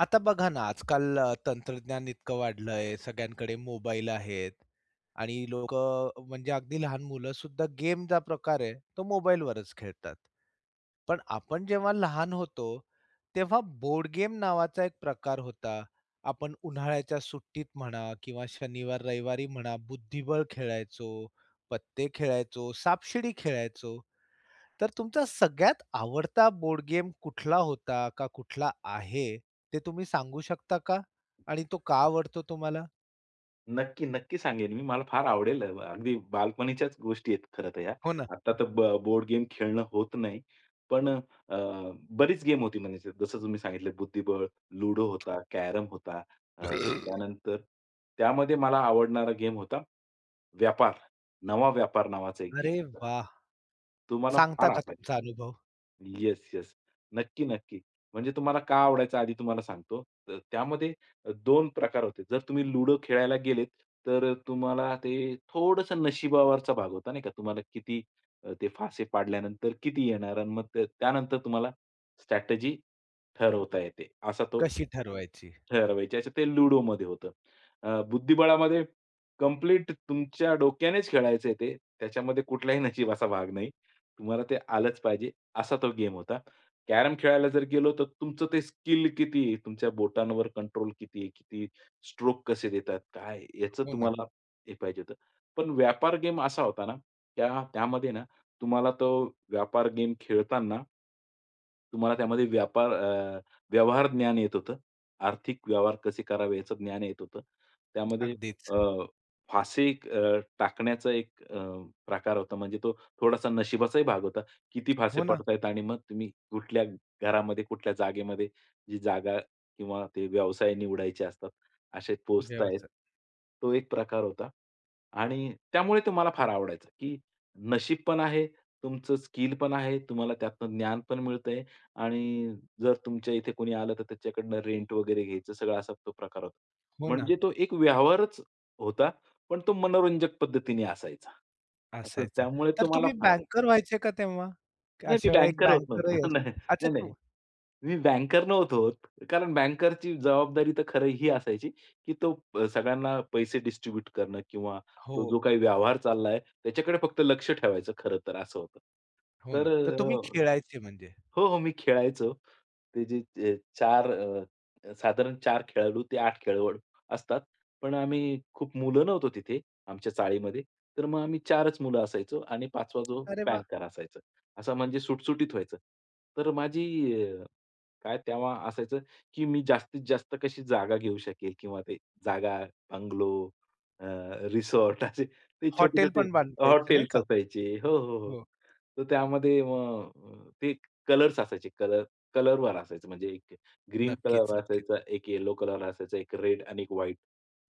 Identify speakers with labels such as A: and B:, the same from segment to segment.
A: आता बघा ना, आजकाल तंत्रज्ञान इतकं वाढलंय, सगळ्यांकडे मोबाईल आहेत आणि लोकं म्हणजे अगदी लहान मुलंसुद्धा गेमचा प्रकार आहे, तो मोबाईलवरच खेळतात. पण आपण जेव्हा लहान होतो, तेव्हा बोर्ड गेम नावाचा एक प्रकार होता. आपण उन्हाळ्याच्या सुट्टीत म्हणा किंवा शनिवार-रविवारी म्हणा, बुद्धिबळ खेळायचो, पत्ते खेळायचो, सापशिडी खेळायचो. तर तुमचा सगळ्यात आवडता बोर्ड गेम कुठला होता का कुठला आहे? ते तुम्ही सांगू शकता का? आणि तो का आवडतो तुम्हाला?
B: नक्की, नक्की सांगेन मी. मला फार आवडेल. अगदी बालपणीच्याच गोष्टी आहेत खरं तर ह्या.
A: हो ना.
B: आता तर बोर्ड गेम खेळणं होत नाही. पण बरीच गेम होती म्हणजे जसं तुम्ही सांगितलं बुद्धिबळ, लुडो होता, कॅरम होता. त्यानंतर त्यामध्ये मला आवडणारा गेम होता व्यापार. नवा व्यापार नावाचा एक गेम
A: अरे
B: होता.
A: वाह!
B: तो मला
A: सांगता
B: फार
A: का
B: आवडायचा.
A: तुमचा अनुभव?
B: Yes, yes. नक्की, नक्की. म्हणजे तुम्हाला का आवडायचा आधी तुम्हाला सांगतो. तर त्यामध्ये दोन 2 प्रकार होते. जर तुम्ही लुडो खेळायला गेलेत, तर तुम्हाला ते थोडंसं नशिबावरचा भाग होता नाही का? तुम्हाला किती ते फासे पाडल्यानंतर किती येणार आणि मग त्यानंतर तुम्हाला स्ट्रॅटेजी ठरवता येते. असा तो
A: कशी ठरवायची?
B: ठरवायची. असं ते लुडोमध्ये होतं. बुद्धिबळामध्ये कंप्लीट तुमच्या डोक्यानेच खेळायचं आहे ते. त्याच्यामध्ये कुठलाही नशिबाचा भाग नाही. तुम्हाला ते आलंच पाहिजे, असा तो गेम होता. कॅरम खेळायला जर गेलो, तर तुमचं ते स्किल किती आहे, तुमच्या बोटांवर कंट्रोल किती आहे, किती स्ट्रोक कसे देतात, काय याचं
A: हो ना,
B: तुम्हाला हे पाहिजे होतं. पण व्यापार गेम असा होता ना, त्यामध्ये ना तुम्हाला तो व्यापार गेम खेळताना तुम्हाला त्यामध्ये व्यापार व्यवहार ज्ञान येत होतं. आर्थिक व्यवहार कसे करावे याचं ज्ञान येत होतं. त्यामध्ये
A: अगदीच.
B: अ, फासे टाकण्याचा एक प्रकार होता म्हणजे तो थोडासा नशिबाचाही भाग होता. किती फासे
A: हो ना,
B: पडतायत आणि मग तुम्ही कुठल्या घरामध्ये, कुठल्या जागेमध्ये जी जागा किंवा ते व्यवसाय निवडायचे असतात, असे पोहोचतायत.
A: व्यवसाय.
B: तो एक प्रकार होता आणि त्यामुळे तो मला फार आवडायचा, की नशीब पण आहे, तुमचं स्किल पण आहे, तुम्हाला त्यातनं ज्ञान पण मिळतंय आणि जर तुमच्या इथे कोणी आलं, तर त्याच्याकडनं रेंट वगैरे घ्यायचं, सगळा असा तो प्रकार होता.
A: हो ना,
B: म्हणजे तो एक व्यवहारच होता, पण तो मनोरंजक पद्धतीने असायचा. असं
A: असायचा.
B: त्यामुळे
A: तर
B: तो मला
A: तुम्ही
B: फार
A: बँकर व्हायचे का तेव्हा? की
B: नाही, मी
A: अशा वेळेला एक
B: बँकर होत नव्हतो.
A: बँकरही
B: नाही,
A: असतो. अच्छा
B: नाही,
A: तू
B: मी बँकर नव्हतो होत. कारण बँकरची जबाबदारी तर खरं ही असायची, की तो सगळ्यांना पैसे डिस्ट्रिब्यूट करणं किंवा तो
A: हो,
B: जो काही व्यवहार चाललाय त्याच्याकडे फक्त लक्ष ठेवायचं खरं तर असं होतं.
A: हो
B: तर
A: ना. तर तुम्ही
B: अ,
A: खेळायचे म्हणजे.
B: हो, हो. मी खेळायचो. ते जे 4 साधारण 4 खेळाडू ते 8 खेळाडू असतात. पण आम्ही खूप मुलं नव्हतो तिथे आमच्या चाळीमध्ये. तर मग आम्ही 4च मुलं असायचो आणि 5वा जो
A: अरे वाह!
B: बँकर असायचा. असं म्हणजे सुटसुटीत व्हायचं. तर माझी काय तेव्हा असायचं, की मी जास्तीत जास्त कशी जागा घेऊ शकेल किंवा ते जागा, बंगलो, अ, रिसॉर्ट असे ते
A: हॉटेल
B: छोटे-छोटे
A: पण बांधता यायचे नाही
B: हॉटेल्स
A: का?
B: असायचे. हो, हो, हो.
A: हो,
B: तर त्यामध्ये मग ते कलर्स असायचे. कलरवर असायचं म्हणजे एक ग्रीन
A: नक्कीच,
B: कलर
A: नक्कीच.
B: असायचा, एक येलो कलर असायचा, एक रेड आणि एक व्हाईट.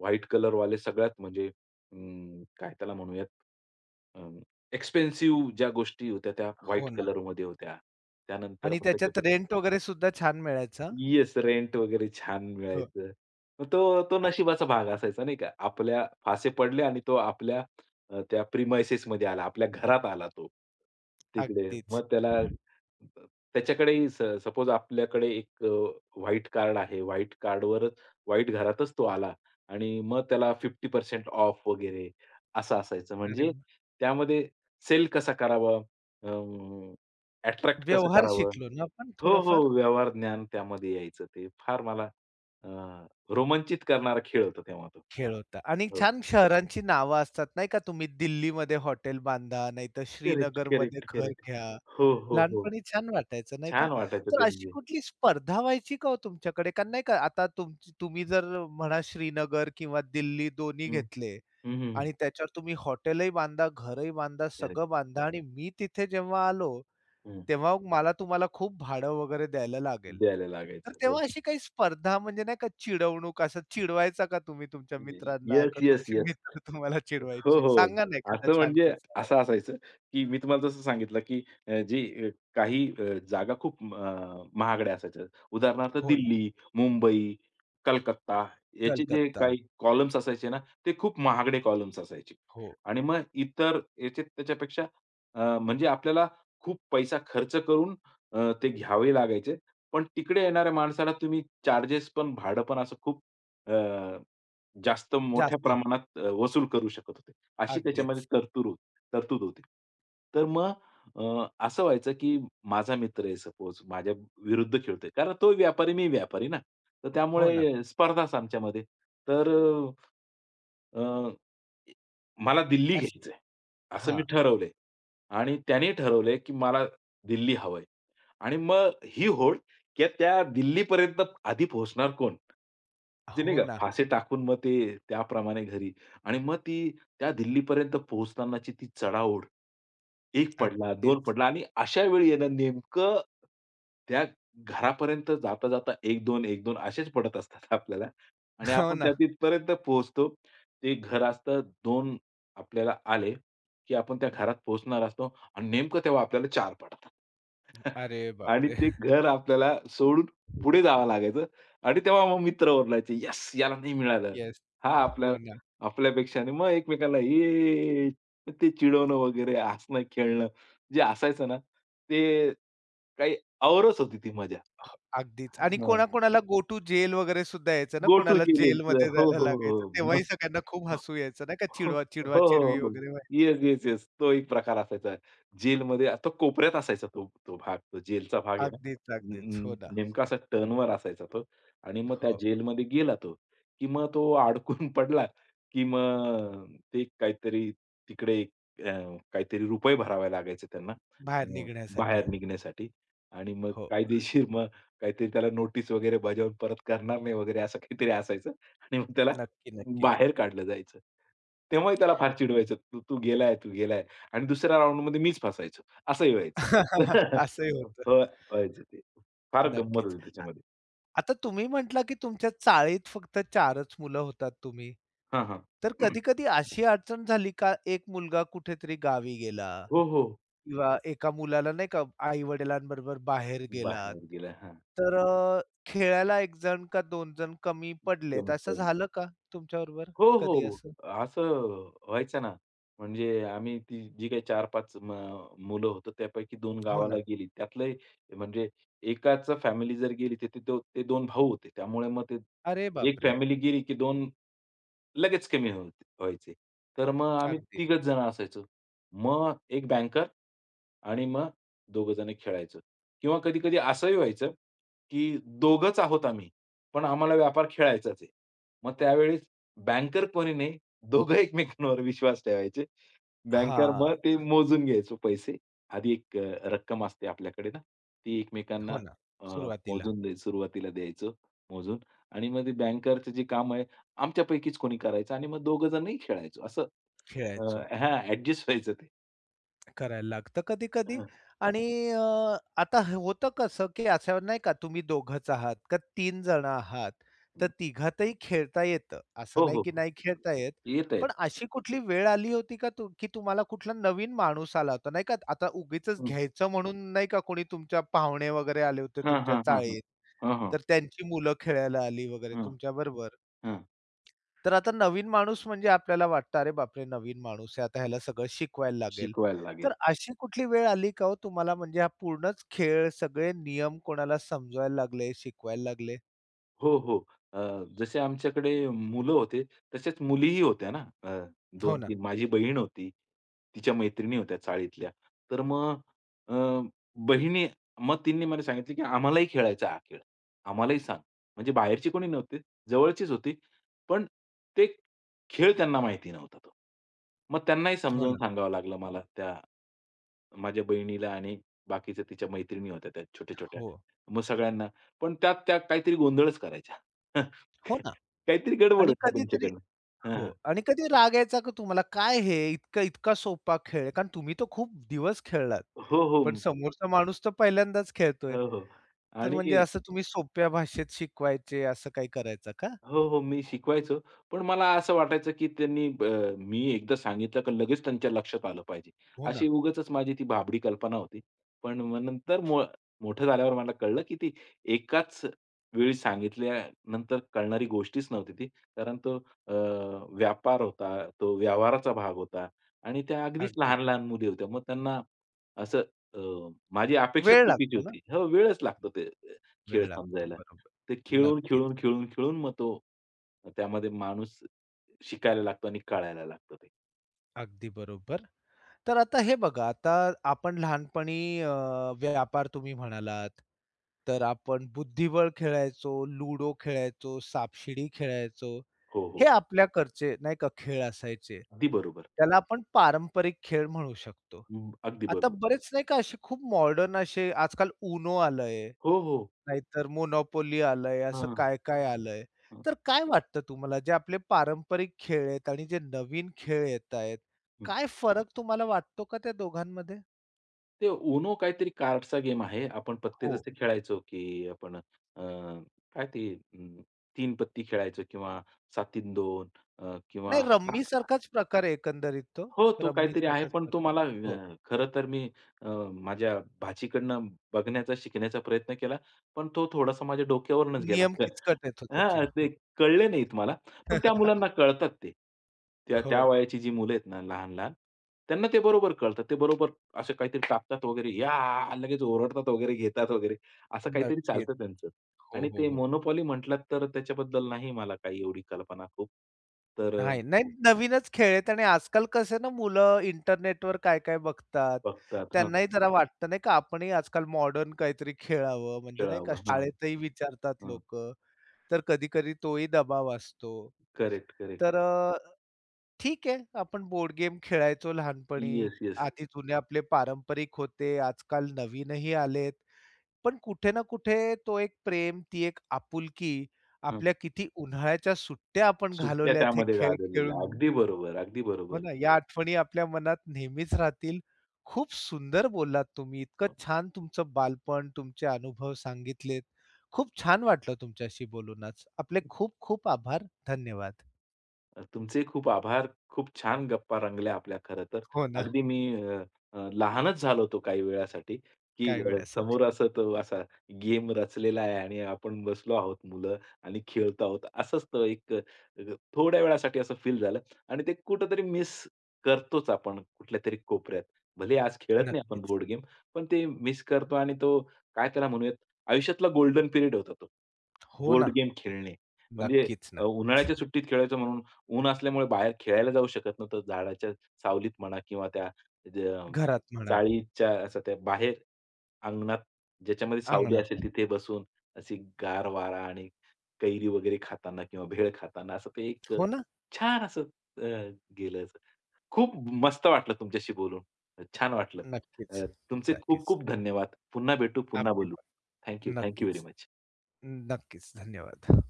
B: व्हाईट कलरवाले सगळ्यात म्हणजे काय त्याला म्हणूयात एक्सपेन्सिव्ह ज्या गोष्टी होत्या त्या
A: हो
B: व्हाईट
A: ना.
B: कलरमध्ये होत्या. त्यानंतर
A: आणि
B: मग
A: त्याच्यात
B: त्याच्यात
A: रेंट वगैरे सुद्धा छान मिळायचं.
B: येस, रेंट वगैरे छान
A: हो.
B: मिळायचं. मग तो तो
A: अ
B: नशिबाचा भाग असायचा नाही का. आपल्या फासे पडले आणि तो आपल्या त्या प्रिमाइसेसमध्ये आला. आपल्या घरात आला तो. तिकडे
A: अगदीच.
B: मग त्याला त्याच्याकडेही सपोज आपल्याकडे एक व्हाईट कार्ड आहे. व्हाईट कार्डवरच व्हाईट घरातच तो आला आणि मग त्याला 50% ऑफ वगैरे असं असायचं.
A: अरे
B: म्हणजे
A: वाह!
B: त्यामध्ये सेल कसा करावा? अट्रॅक्ट कसं
A: व्यवहार
B: करावं?
A: शिकलो ना आपण
B: हो, हो.
A: थोडाफार?
B: व्यवहार ज्ञान त्यामध्ये यायचं ते. फार मला अ, रोमांचित करणारा खेळ होता तेव्हा तो.
A: खेळ होता आणि
B: हो.
A: छान शहरांची नावं असतात नाही का, तुम्ही दिल्लीमध्ये हॉटेल बांधा, नाहीतर
B: करेक्ट,
A: श्रीनगरमध्ये
B: करेक्ट,
A: घर
B: करेक्ट.
A: घ्या.
B: हो, हो, हो.
A: लहानपणी छान वाटायचं नाही का?
B: छान वाटायचं
A: तर
B: ते
A: अशी
B: म्हणजे.
A: कुठली स्पर्धा व्हायची का हो तुमच्याकडे? कारण नाही का आता तुमची तुम्ही जर म्हणा श्रीनगर किंवा दिल्ली दोन्ही
B: हं.
A: घेतले
B: हं, हं, हं.
A: आणि त्याच्यावर तुम्ही हॉटेलही बांधा, घरही बांधा,
B: करेक्ट.
A: सगळं बांधा आणि मी तिथे जेव्हा आलो तेव्हा मला तुम्हाला खूप भाडं वगैरे द्यायला लागेल.
B: द्यायला
A: तर
B: लागायचं. हो.
A: तेव्हा अशी काही स्पर्धा म्हणजे नाही का चिडवणूक असं चिडवायचा का तुम्ही तुमच्या मित्रांना
B: येस,
A: का
B: येस,
A: तुमची
B: येस.
A: मित्र तुम्हाला
B: हो,
A: चिडवायची?
B: हो.
A: सांगा ना एखादा
B: असं
A: छान
B: म्हणजे
A: किस्सा?
B: असं असायचं, की मी तुम्हाला जसं सांगितलं, की अ, जी अ, काही जागा खूप महागड्या असायच्या. उदाहरणार्थ
A: हो ना.
B: दिल्ली, मुंबई, कलकत्ता याचे जे
A: कलकत्ता.
B: काही कॉलम्स असायचे ना, ते खूप महागडे कॉलम्स असायचे.
A: हो.
B: आणि मग इतर याचे त्याच्यापेक्षा म्हणजे आपल्याला खूप पैसा खर्च करून ते घ्यावे लागायचे. पण तिकडे येणाऱ्या माणसाला तुम्ही चार्जेस पण, भाडं पण असं खूप जास्त मोठ्या
A: जास्त.
B: प्रमाणात वसूल करू शकत होते. अशी त्याच्यामध्ये
A: अगदीच.
B: तरतूर हो तरतूद होती. तर मग असं व्हायचं, की माझा मित्र आहे सपोज माझ्या विरुद्ध खेळतोय. कारण तो व्यापारी, मी व्यापारी ना. तर
A: हो ना.
B: त्यामुळे स्पर्धाच आमच्यामध्ये. तर अ, अ, मला दिल्ली
A: अशी
B: घ्यायचंय, असं मी
A: हां.
B: ठरवलंय आणि त्याने ठरवलंय, की मला दिल्ली हवंय आणि मग ही होड, की त्या दिल्लीपर्यंत आधी पोहोचणार कोण? म्हणजे नाही
A: हो
B: का
A: ना.
B: फासे टाकून मग ते त्याप्रमाणे घरी आणि मग ती त्या दिल्लीपर्यंत पोहोचतानाची ती चढाओढ. 1 पडला, 2
A: अगदीच.
B: पडला आणि अशा वेळी आहे ना नेमकं त्या घरापर्यंत जाता-जाता 1-2, 1-2 असेच पडत असतात आपल्याला आणि
A: हो
B: आपण
A: ना.
B: त्या तिथपर्यंत पोहोचतो. ते घर असतं 2 आपल्याला आले, की आपण त्या घरात पोहोचणार असतो आणि नेमकं तेव्हा आपल्याला 4 पडतात.
A: अरे
B: आणि
A: बापरे!
B: ते घर आपल्याला सोडून पुढे जावं लागायचं आणि तेव्हा मग मित्र ओरडायचे, "येस! याला नाही मिळालं."
A: येस.
B: हा
A: हो
B: आपल्या
A: ना.
B: आपल्यापेक्षा आणि मग एकमेकाला "ये!" ते चिडवणं वगैरे, हसणं, खेळणं जे असायचं ना, ते काही औरच होती ती मजा.
A: अगदीच आणि कोणाकोणाला गो टू जेल वगैरे सुद्धा यायचं ना,
B: गो टू
A: कोणाला
B: जेलीचं.
A: जेलमध्ये
B: हो,
A: जायला
B: हो,
A: लागायचं.
B: हो.
A: तेव्हाही
B: मग
A: सगळ्यांना खूप हसू यायचं नाही का,
B: हो,
A: चिडवा,
B: हो, हो,
A: चिडवा-चिडवी
B: हो.
A: वगैरे व्हाय
B: येस, येस, येस. तो एक प्रकार असायचा. जेलमध्ये आता कोपऱ्यात असायचा तो तो भाग, तो जेलचा भाग आहे ना,
A: अगदीच,
B: न
A: अगदीच.
B: न
A: हो ना.
B: नेमका असा टर्नवर असायचा तो आणि मग त्या
A: हो.
B: जेलमध्ये गेला तो, की मग तो अडकून पडला, की मग ते काहीतरी तिकडे काहीतरी रुपये भरावे लागायचे त्यांना
A: बाहेर
B: अ,
A: निघण्यासाठी.
B: बाहेर निघण्यासाठी आणि मग
A: हो.
B: कायदेशीर मग काहीतरी त्याला नोटीस वगैरे बजावून परत करणार नाही वगैरे असं काहीतरी असायचं आणि मग त्याला
A: नक्की, नक्की.
B: बाहेर काढलं जायचं. तेव्हाही त्याला फार चिडवायचं, "तू तू गेलाय, तू गेलाय" आणि दुसऱ्या राउंडमध्ये मीच फसायचो असंही व्हायचं.
A: असंही होतं.
B: हो, व्हायचं ते. फार गंमत
A: नक्कीच.
B: होती
A: आ
B: त्याच्यामध्ये.
A: आता तुम्ही म्हटला, की तुमच्या चाळीत फक्त 4च मुलं होतात तुम्ही.
B: हां, हां.
A: तर कधी-कधी अशी अडचण झाली का, एक मुलगा कुठेतरी गावी गेला
B: हो, हो.
A: किंवा एका मुलाला नाही का आई-वडिलांबरोबर बाहेर गेलात.
B: बाहेर गेला. हां.
A: तर खेळायला 1 जण का दोन जण कमी पडलेत.
B: कमी
A: असं
B: पडले.
A: झालं का तुमच्याबरोबर
B: हो,
A: कधी
B: हो.
A: असं?
B: असं व्हायचं ना. म्हणजे आम्ही ती जी काही 4-5 मुलं होतो, त्यापैकी 2
A: हो
B: गावाला
A: ना.
B: गेली. त्यातले म्हणजे एकाच फॅमिली जर गेली, तर ते ते 2 भाऊ होते. त्यामुळे मग ते
A: अरे
B: एक
A: बापरे!
B: फॅमिली गेली, की 2 लगेच कमी होत व्हायचे. तर मग आम्ही
A: अगदी.
B: तिघच जण असायचो. मग एक बँकर आणि मग दोघं जण खेळायचो किंवा कधी-कधी असंही व्हायचं, की दोघंच आहोत आम्ही, पण आम्हाला व्यापार खेळायचाच आहे. मग त्यावेळेस बँकर कोणी नाही, दोघं एकमेकांवर विश्वास ठेवायचे. बँकर मग
A: हां.
B: ते मोजून घ्यायचो पैसे. आधी एक रक्कम असते आपल्याकडे ना, ती एकमेकांना
A: हो ना.
B: अ,
A: सुरुवातीला
B: मोजून द्या सुरुवातीला द्यायचो मोजून आणि मग ते बँकरचं जे काम आहे आमच्यापैकीच कोणी करायचं आणि मग दोघं जणही खेळायचो. असं अ,
A: खेळायचो.
B: हां, ॲडजस्ट व्हायचं ते.
A: करायला लागतं
B: हं,
A: कधी-कधी
B: हं.
A: आणि हो. आता हे होतं कसं, की असं नाही का तुम्ही दोघंच आहात का 3 जण आहात, तर तिघातही खेळता येतं. असं
B: हो,
A: नाही
B: हो,
A: की
B: हो.
A: नाही खेळता येत.
B: येत
A: पण
B: आहेत.
A: अशी कुठली वेळ आली होती का तु की तुम्हाला कुठला नवीन माणूस आला होता नाही का आता उगीचच
B: हं.
A: घ्यायचं म्हणून नाही का कोणी तुमच्या पाहुणे वगैरे आले होते
B: हां,
A: तुमच्या
B: हां, हां, हां.
A: चाळीत,
B: हां, हां.
A: तर त्यांची मुलं खेळायला आली वगैरे
B: हां,
A: तुमच्याबरोबर?
B: हां.
A: तर आता नवीन माणूस म्हणजे आपल्याला वाटतं, "अरे बापरे! नवीन माणूस आहे, आता ह्याला सगळं शिकवायला लागेल."
B: शिकवायला
A: तर
B: लागेल.
A: अशी कुठली वेळ आली का हो तुम्हाला म्हणजे हा पूर्णच खेळ, सगळे नियम कोणाला समजवायला लागले, शिकवायला लागले?
B: हो, हो. जसे आमच्याकडे मुलं होते, तसेच मुलीही होत्या ना.
A: हो ना,
B: 2-3 माझी बहीण होती. तिच्या मैत्रिणी होत्या चाळीतल्या. तर मग अ, बहिणी मग तिने मला सांगितलं, की "आम्हालाही खेळायचा हा खेळ. आम्हालाही सांग." म्हणजे बाहेरची कोणी नव्हती, जवळचीच होती. पण ते खेळ त्यांना माहिती नव्हता तो. मग त्यांनाही
A: हो
B: समजावून
A: ना.
B: सांगावं लागलं मला त्या माझ्या बहिणीला आणि बाकीच्या तिच्या मैत्रिणी होत्या त्या छोट्या-छोट्या.
A: हो,
B: मग सगळ्यांना पण त्यात त्या काहीतरी गोंधळच करायच्या.
A: हो ना.
B: काहीतरी गडबड
A: आणि
B: होती
A: कधीतरी
B: त्यांच्याकडनं.
A: हो
B: हां,
A: आणि कधी राग यायचा का तुम्हाला? काय हे इतका इतका सोपा खेळ आहे? कारण तुम्ही तो खूप दिवस खेळलात,
B: हो, हो.
A: पण समोरचा माणूस तर पहिल्यांदाच खेळतोय.
B: हो, हो.
A: तर म्हणजे
B: आणि
A: असं तुम्ही सोप्या भाषेत शिकवायचे, असं काही करायचं का?
B: हो, हो. मी शिकवायचो. पण मला असं वाटायचं, की त्यांनी मी एकदा सांगितलं का लगेच त्यांच्या लक्षात आलं पाहिजे.
A: हो ना,
B: अशी उगाचच माझी ती भाबडी कल्पना होती. पण मग नंतर मोठं झाल्यावर मला कळलं, की ती एकाच वेळी सांगितल्यानंतर कळणारी गोष्टीच नव्हती ती. कारण तो अ, व्यापार होता, तो व्यवहाराचा भाग होता आणि त्या अगदीच
A: अगदीच.
B: लहान-लहान मुली होत्या. मग त्यांना असं अ, माझी अपेक्षाच
A: वेळ
B: चुकीची
A: लागतो ना.
B: होती. हो, वेळच लागतो ते खेळ
A: वेळ लागतो.
B: समजायला.
A: बरोबर.
B: ते खेळून,
A: नक्कीच.
B: खेळून, खेळून, खेळून मग तो त्यामध्ये माणूस शिकायला लागतो आणि कळायला लागतं ते.
A: अगदी बरोबर. तर आता हे बघा, आता आपण लहानपणी व्यापार तुम्ही म्हणालात, तर आपण बुद्धिबळ खेळायचो, लुडो खेळायचो, सापशिडी खेळायचो.
B: हो, हो.
A: हे आपल्याकडचे नाही का खेळ असायचे.
B: अगदी बरोबर.
A: त्याला आपण पारंपरिक खेळ म्हणू शकतो.
B: हं, अगदी
A: आता
B: बरोबर.
A: बरेच नाही का असे खूप मॉडर्न असे आजकाल UNO आलंय
B: हो, हो.
A: नाहीतर मोनोपोली आलंय, असं
B: हां,
A: काय-काय आलंय.
B: हां.
A: तर काय वाटतं तुम्हाला जे आपले पारंपरिक खेळ आहेत आणि जे नवीन खेळ येत आहेत,
B: हं.
A: काय फरक तुम्हाला वाटतो का त्या दोघांमध्ये?
B: ते UNO काहीतरी कार्डचा गेम आहे. आपण पत्ते
A: हो.
B: जसे खेळायचो, की आपण अ, काय ते 3 पत्ती खेळायचो किंवा 7-3-2
A: नाही
B: किंवा
A: रम्मीसारखाच प्रकार आहे एकंदरीत तो.
B: हो, तो काहीतरी आहे,
A: रम्मीसारखाच
B: पण तो
A: प्रकार
B: मला
A: आहे. हो.
B: खरं तर मी अ, माझ्या भाचीकडनं बघण्याचा, शिकण्याचा प्रयत्न केला, पण तो थोडासा माझ्या डोक्यावरूनच गेला.
A: नियम किचकट आहेत हो त्याचे.
B: हां, ते
A: हो.
B: कळले नाहीत मला, पण त्या मुलांना कळतात ते. त्या
A: हो.
B: त्या वयाची जी मुलं आहेत ना लहान-लहान, त्यांना ते बरोबर कळतात. ते बरोबर असं काहीतरी टाकतात वगैरे, "या!" लगेच ओरडतात वगैरे, घेतात वगैरे, असं काहीतरी
A: नक्कीच.
B: चालतं त्यांचं.
A: हो,
B: आणि
A: हो,
B: ते
A: हो.
B: मोनोपॉली म्हटलात तर त्याच्याबद्दल नाही मला काही एवढी कल्पना खूप. तर
A: आहे. नाही नवीनच खेळ आहेत आणि आजकाल कसं आहे ना मुलं इंटरनेटवर काय-काय बघतात.
B: बघतात. हं,
A: त्यांनाही जरा वाटतं नाही का आपणही आजकाल मॉडर्न काहीतरी खेळावं म्हणजे नाही का
B: खेळावं. हां.
A: शाळेतही विचारतात
B: हं.
A: लोक तर कधी-कधी तोही दबाव असतो.
B: Correct, correct.
A: तर ठीक आहे आपण बोर्ड गेम खेळायचो लहानपणी.
B: Yes, yes.
A: आधी जुने आपले पारंपरिक होते, आजकाल नवीनही आलेत. पण कुठे ना कुठे तो एक प्रेम, ती एक आपुलकी,
B: हं.
A: आपल्या किती उन्हाळ्याच्या सुट्ट्या आपण
B: सुट्ट्या
A: घालवल्यात हे
B: त्यामध्ये
A: खेळ
B: गाजवलेल्या.
A: खेळून.
B: अगदी बरोबर, अगदी
A: हो
B: बरोबर.
A: ना, या आठवणी आपल्या मनात नेहमीच राहतील. खूप सुंदर बोललात तुम्ही. इतकं छान तुमचं बालपण, तुमचे अनुभव सांगितलेत. खूप छान वाटलं तुमच्याशी बोलून आपले खूप खूप आभार. धन्यवाद.
B: तुमचे खूप आभार. खूप छान गप्पा रंगल्या आपल्या खरं तर.
A: हो ना,
B: अगदी मी अ, अ, लहानच झालो होतो काही वेळासाठी, की
A: काही वेळासाठी.
B: समोर असं तो असा गेम रचलेला आहे आणि आपण बसलो आहोत मुलं आणि खेळतो आहोत. असंच तो एक थोड्या वेळासाठी असं फील झालं आणि ते कुठेतरी मिस करतोच आपण कुठल्यातरी कोपऱ्यात. भले आज खेळत नाही आपण
A: नक्कीच.
B: बोर्ड गेम, पण ते मिस करतो आणि तो काय त्याला म्हणूयात, आयुष्यातला गोल्डन पिरियड होता तो.
A: हो
B: बोर्ड
A: ना.
B: गेम खेळणे. म्हणजे
A: नक्कीच, नक्कीच.
B: उन्हाळ्याच्या सुट्टीत खेळायचो म्हणून ऊन असल्यामुळे बाहेर खेळायला जाऊ शकत नव्हतं. झाडाच्या सावलीत म्हणा किंवा त्या ज्या
A: घरात म्हणा,
B: चाळीच्या असं त्या बाहेर अंगणात ज्याच्यामध्ये सावली असेल
A: अंगणात.
B: तिथे बसून अशी गार वारा आणि कैरी वगैरे खाताना किंवा भेळ खाताना असं ते एक
A: हो ना,
B: छान असं अ, गेलं असं. खूप मस्त वाटलं तुमच्याशी बोलून. छान वाटलं.
A: नक्कीच,
B: अ, तुमचे खूप
A: नक्कीच.
B: खूप धन्यवाद. पुन्हा भेटू, पुन्हा
A: आपले
B: बोलू. Thank you. व्हेरी
A: नक्कीच.
B: मच.
A: नक्कीच. धन्यवाद.